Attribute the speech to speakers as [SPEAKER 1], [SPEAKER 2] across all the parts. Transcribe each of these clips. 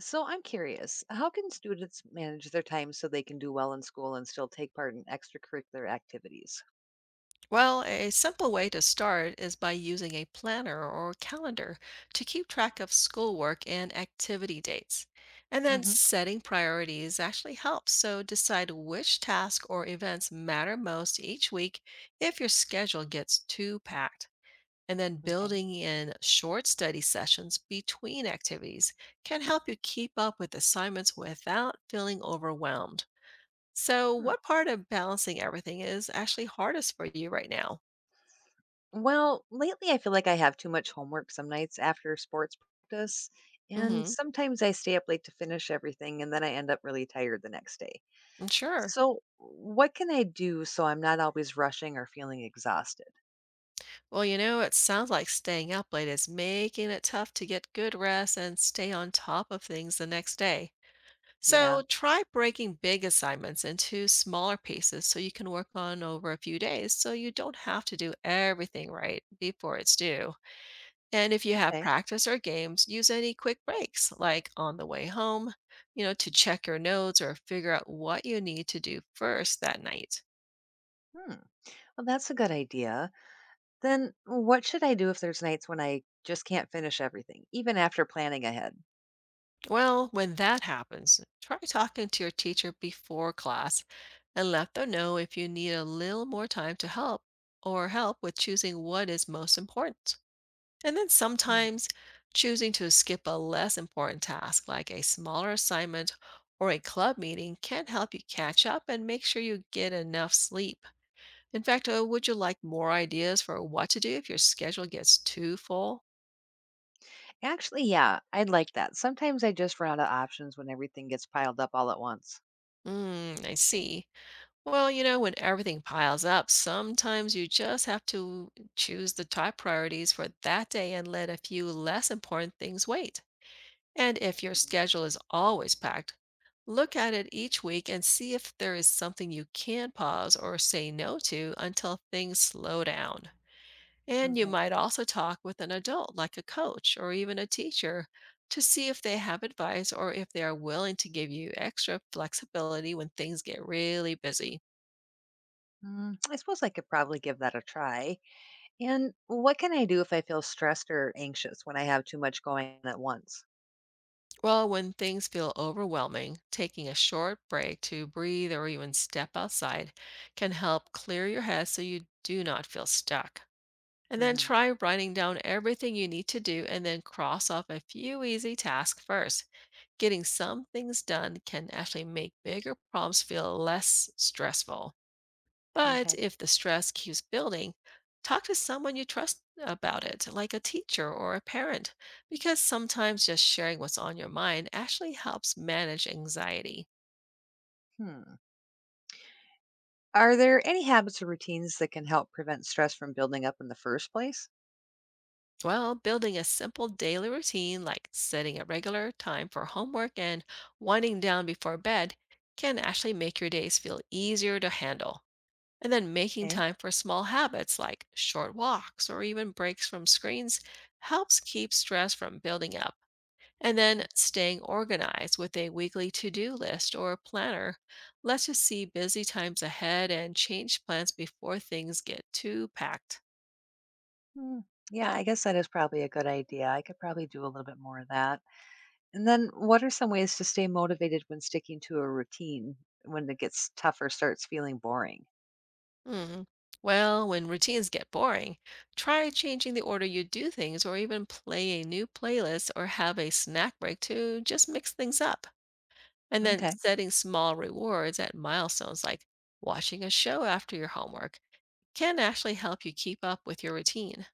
[SPEAKER 1] So I'm curious, how can students manage their time so they can do well in school and still take part in extracurricular activities?
[SPEAKER 2] Well, a simple way to start is by using a planner or calendar to keep track of schoolwork and activity dates. And then
[SPEAKER 1] Hmm.
[SPEAKER 2] setting priorities actually helps. So decide which task or events matter most each week if your schedule gets too packed. And then
[SPEAKER 1] Okay.
[SPEAKER 2] building in short study sessions between activities can help you keep up with assignments without feeling overwhelmed. So,
[SPEAKER 1] Hmm.
[SPEAKER 2] what part of balancing everything is actually hardest for you right now?
[SPEAKER 1] Well, lately I feel like I have too much homework some nights after sports practice, and
[SPEAKER 2] Mm-hmm.
[SPEAKER 1] sometimes I stay up late to finish everything and then I end up really tired the next day.
[SPEAKER 2] Mm, sure.
[SPEAKER 1] So, what can I do so I'm not always rushing or feeling exhausted?
[SPEAKER 2] Well, you know, it sounds like staying up late is making it tough to get good rest and stay on top of things the next day.
[SPEAKER 1] Yeah.
[SPEAKER 2] So try breaking big assignments into smaller pieces so you can work on over a few days so you don't have to do everything right before it's due. And if you have
[SPEAKER 1] Okay.
[SPEAKER 2] practice or games, use any quick breaks, like on the way home, you know, to check your notes or figure out what you need to do first that night.
[SPEAKER 1] Hmm. Well, that's a good idea. Then what should I do if there's nights when I just can't finish everything, even after planning ahead?
[SPEAKER 2] Well, when that happens, try talking to your teacher before class and let them know if you need a little more time to help or help with choosing what is most important. And then
[SPEAKER 1] Mm.
[SPEAKER 2] sometimes choosing to skip a less important task like a smaller assignment or a club meeting can help you catch up and make sure you get enough sleep. In fact, would you like more ideas for what to do if your schedule gets too full?
[SPEAKER 1] Actually, yeah, I'd like that. Sometimes I just run out of options when everything gets piled up all at once.
[SPEAKER 2] Mm, I see. Well, you know, when everything piles up, sometimes you just have to choose the top priorities for that day and let a few less important things wait. And if your
[SPEAKER 1] Mhm.
[SPEAKER 2] schedule is always packed, look at it each week and see if there is something you can pause or say no to until things slow down. And you
[SPEAKER 1] Okay.
[SPEAKER 2] might also talk with an adult, like a coach or even a teacher, to see if they have advice or if they are willing to give you extra flexibility when things get really busy.
[SPEAKER 1] Mm, I suppose I could probably give that a try. And what can I do if I feel stressed or anxious when I have too much going on at once?
[SPEAKER 2] Well, when things feel overwhelming, taking a short break to breathe or even step outside can help clear your head so you do not feel stuck. And then
[SPEAKER 1] Hmm.
[SPEAKER 2] try writing down everything you need to do and then cross off a few easy tasks first. Getting some things done can actually make bigger problems feel less stressful. But
[SPEAKER 1] Okay.
[SPEAKER 2] if the stress keeps building, talk to someone you trust about it, like a teacher or a parent, because sometimes just sharing what's on your mind actually helps manage anxiety.
[SPEAKER 1] Hmm. Are there any habits or routines that can help prevent stress from building up in the first place?
[SPEAKER 2] Well, building a simple daily routine like setting a regular time for homework and winding down before bed can actually make your days feel easier to handle. And then making time for small habits like short walks or even breaks from screens helps keep stress from building up. And then staying organized with a weekly to do list or a planner lets you see busy times ahead and change plans before things get too packed.
[SPEAKER 1] Mm. Yeah, I guess that is probably a good idea. I could probably do a little bit more of that. And then, what are some ways to stay motivated when sticking to a routine when it gets tougher, starts feeling boring?
[SPEAKER 2] Hmm. Well, when routines get boring, try changing the order you do things or even play a new playlist or have a snack break to just mix things up. And then
[SPEAKER 1] Okay.
[SPEAKER 2] setting small rewards at milestones like watching a show after your homework can actually help you keep up with your routine.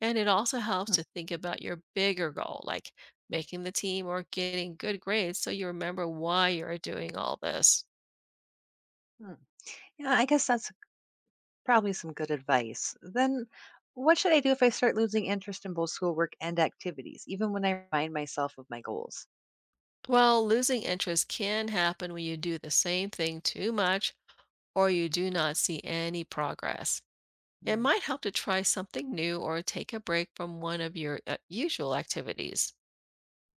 [SPEAKER 2] And it also helps
[SPEAKER 1] Mm.
[SPEAKER 2] to think about your bigger goal, like making the team or getting good grades, so you remember why you're doing all this.
[SPEAKER 1] Mm. Yeah, I guess that's probably some good advice. Then, what should I do if I start losing interest in both schoolwork and activities, even when I remind myself of my goals?
[SPEAKER 2] Well, losing interest can happen when you do the same thing too much or you do not see any progress. It
[SPEAKER 1] Mm.
[SPEAKER 2] might help to try something new or take a break from one of your usual activities.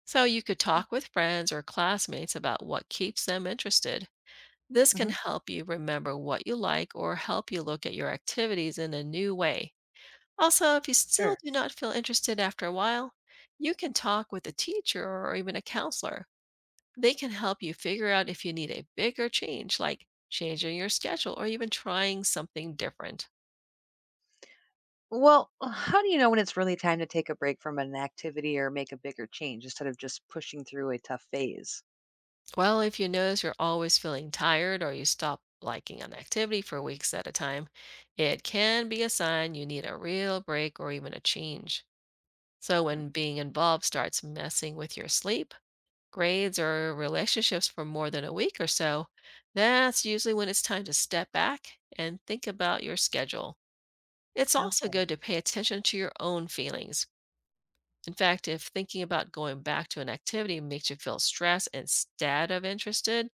[SPEAKER 2] So you could talk with friends or classmates about what keeps them interested. This can
[SPEAKER 1] Mm-hmm.
[SPEAKER 2] help you remember what you like or help you look at your activities in a new way. Also, if you still
[SPEAKER 1] Sure.
[SPEAKER 2] do not feel interested after a while, you can talk with a teacher or even a counselor. They can help you figure out if you need a bigger change, like changing your schedule or even trying something different.
[SPEAKER 1] Well, how do you know when it's really time to take a break from an activity or make a bigger change instead of just pushing through a tough phase?
[SPEAKER 2] Well, if you notice you're always feeling tired or you stop liking an activity for weeks at a time, it can be a sign you need a real break or even a change. So, when being involved starts messing with your sleep, grades or relationships for more than a week or so, that's usually when it's time to step back and think about your schedule. It's also
[SPEAKER 1] Okay.
[SPEAKER 2] good to pay attention to your own feelings. In fact, if thinking about going back to an activity makes you feel stressed instead of interested,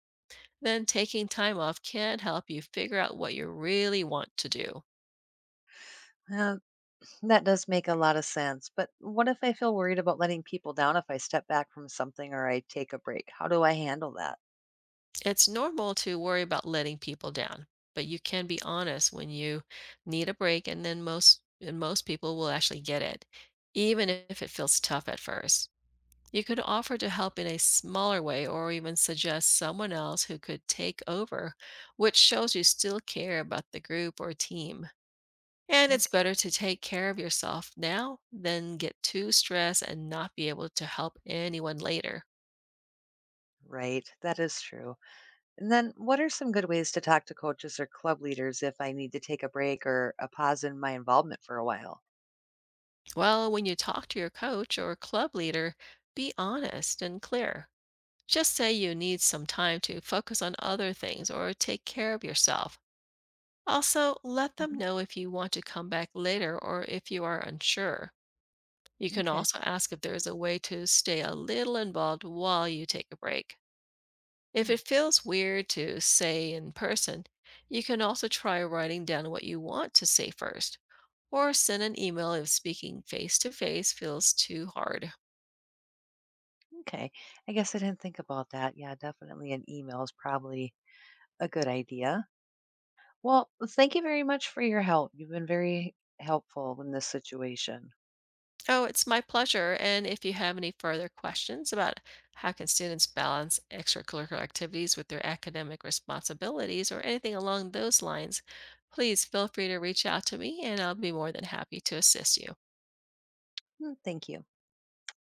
[SPEAKER 2] then taking time off can help you figure out what you really want to do.
[SPEAKER 1] Uh, that does make a lot of sense. But what if I feel worried about letting people down if I step back from something or I take a break? How do I handle that?
[SPEAKER 2] It's normal to worry about letting people down, but you can be honest when you need a break, and then most people will actually get it, even if it feels tough at first. You could offer to help in a smaller way or even suggest someone else who could take over, which shows you still care about the group or team. And it's
[SPEAKER 1] Okay.
[SPEAKER 2] better to take care of yourself now than get too stressed and not be able to help anyone later.
[SPEAKER 1] Right. That is true. And then what are some good ways to talk to coaches or club leaders if I need to take a break or a pause in my involvement for a while?
[SPEAKER 2] Well, when you talk to your coach or club leader, be honest and clear. Just say you need some time to focus on other things or take care of yourself. Also, let them
[SPEAKER 1] Mhm.
[SPEAKER 2] know if you want to come back later or if you are unsure. You can
[SPEAKER 1] Okay.
[SPEAKER 2] also ask if there is a way to stay a little involved while you take a break. If
[SPEAKER 1] Hmm.
[SPEAKER 2] it feels weird to say in person, you can also try writing down what you want to say first, or send an email if speaking face to face feels too hard.
[SPEAKER 1] Okay. I guess I didn't think about that. Yeah, definitely an email is probably a good idea. Well, thank you very much for your help. You've been very helpful in this situation.
[SPEAKER 2] Oh, it's my pleasure. And if you have any further questions about how can students balance extracurricular activities with their academic responsibilities or anything along those lines, please feel free to reach out to me and I'll be more than happy to assist you.
[SPEAKER 1] Mm, thank you.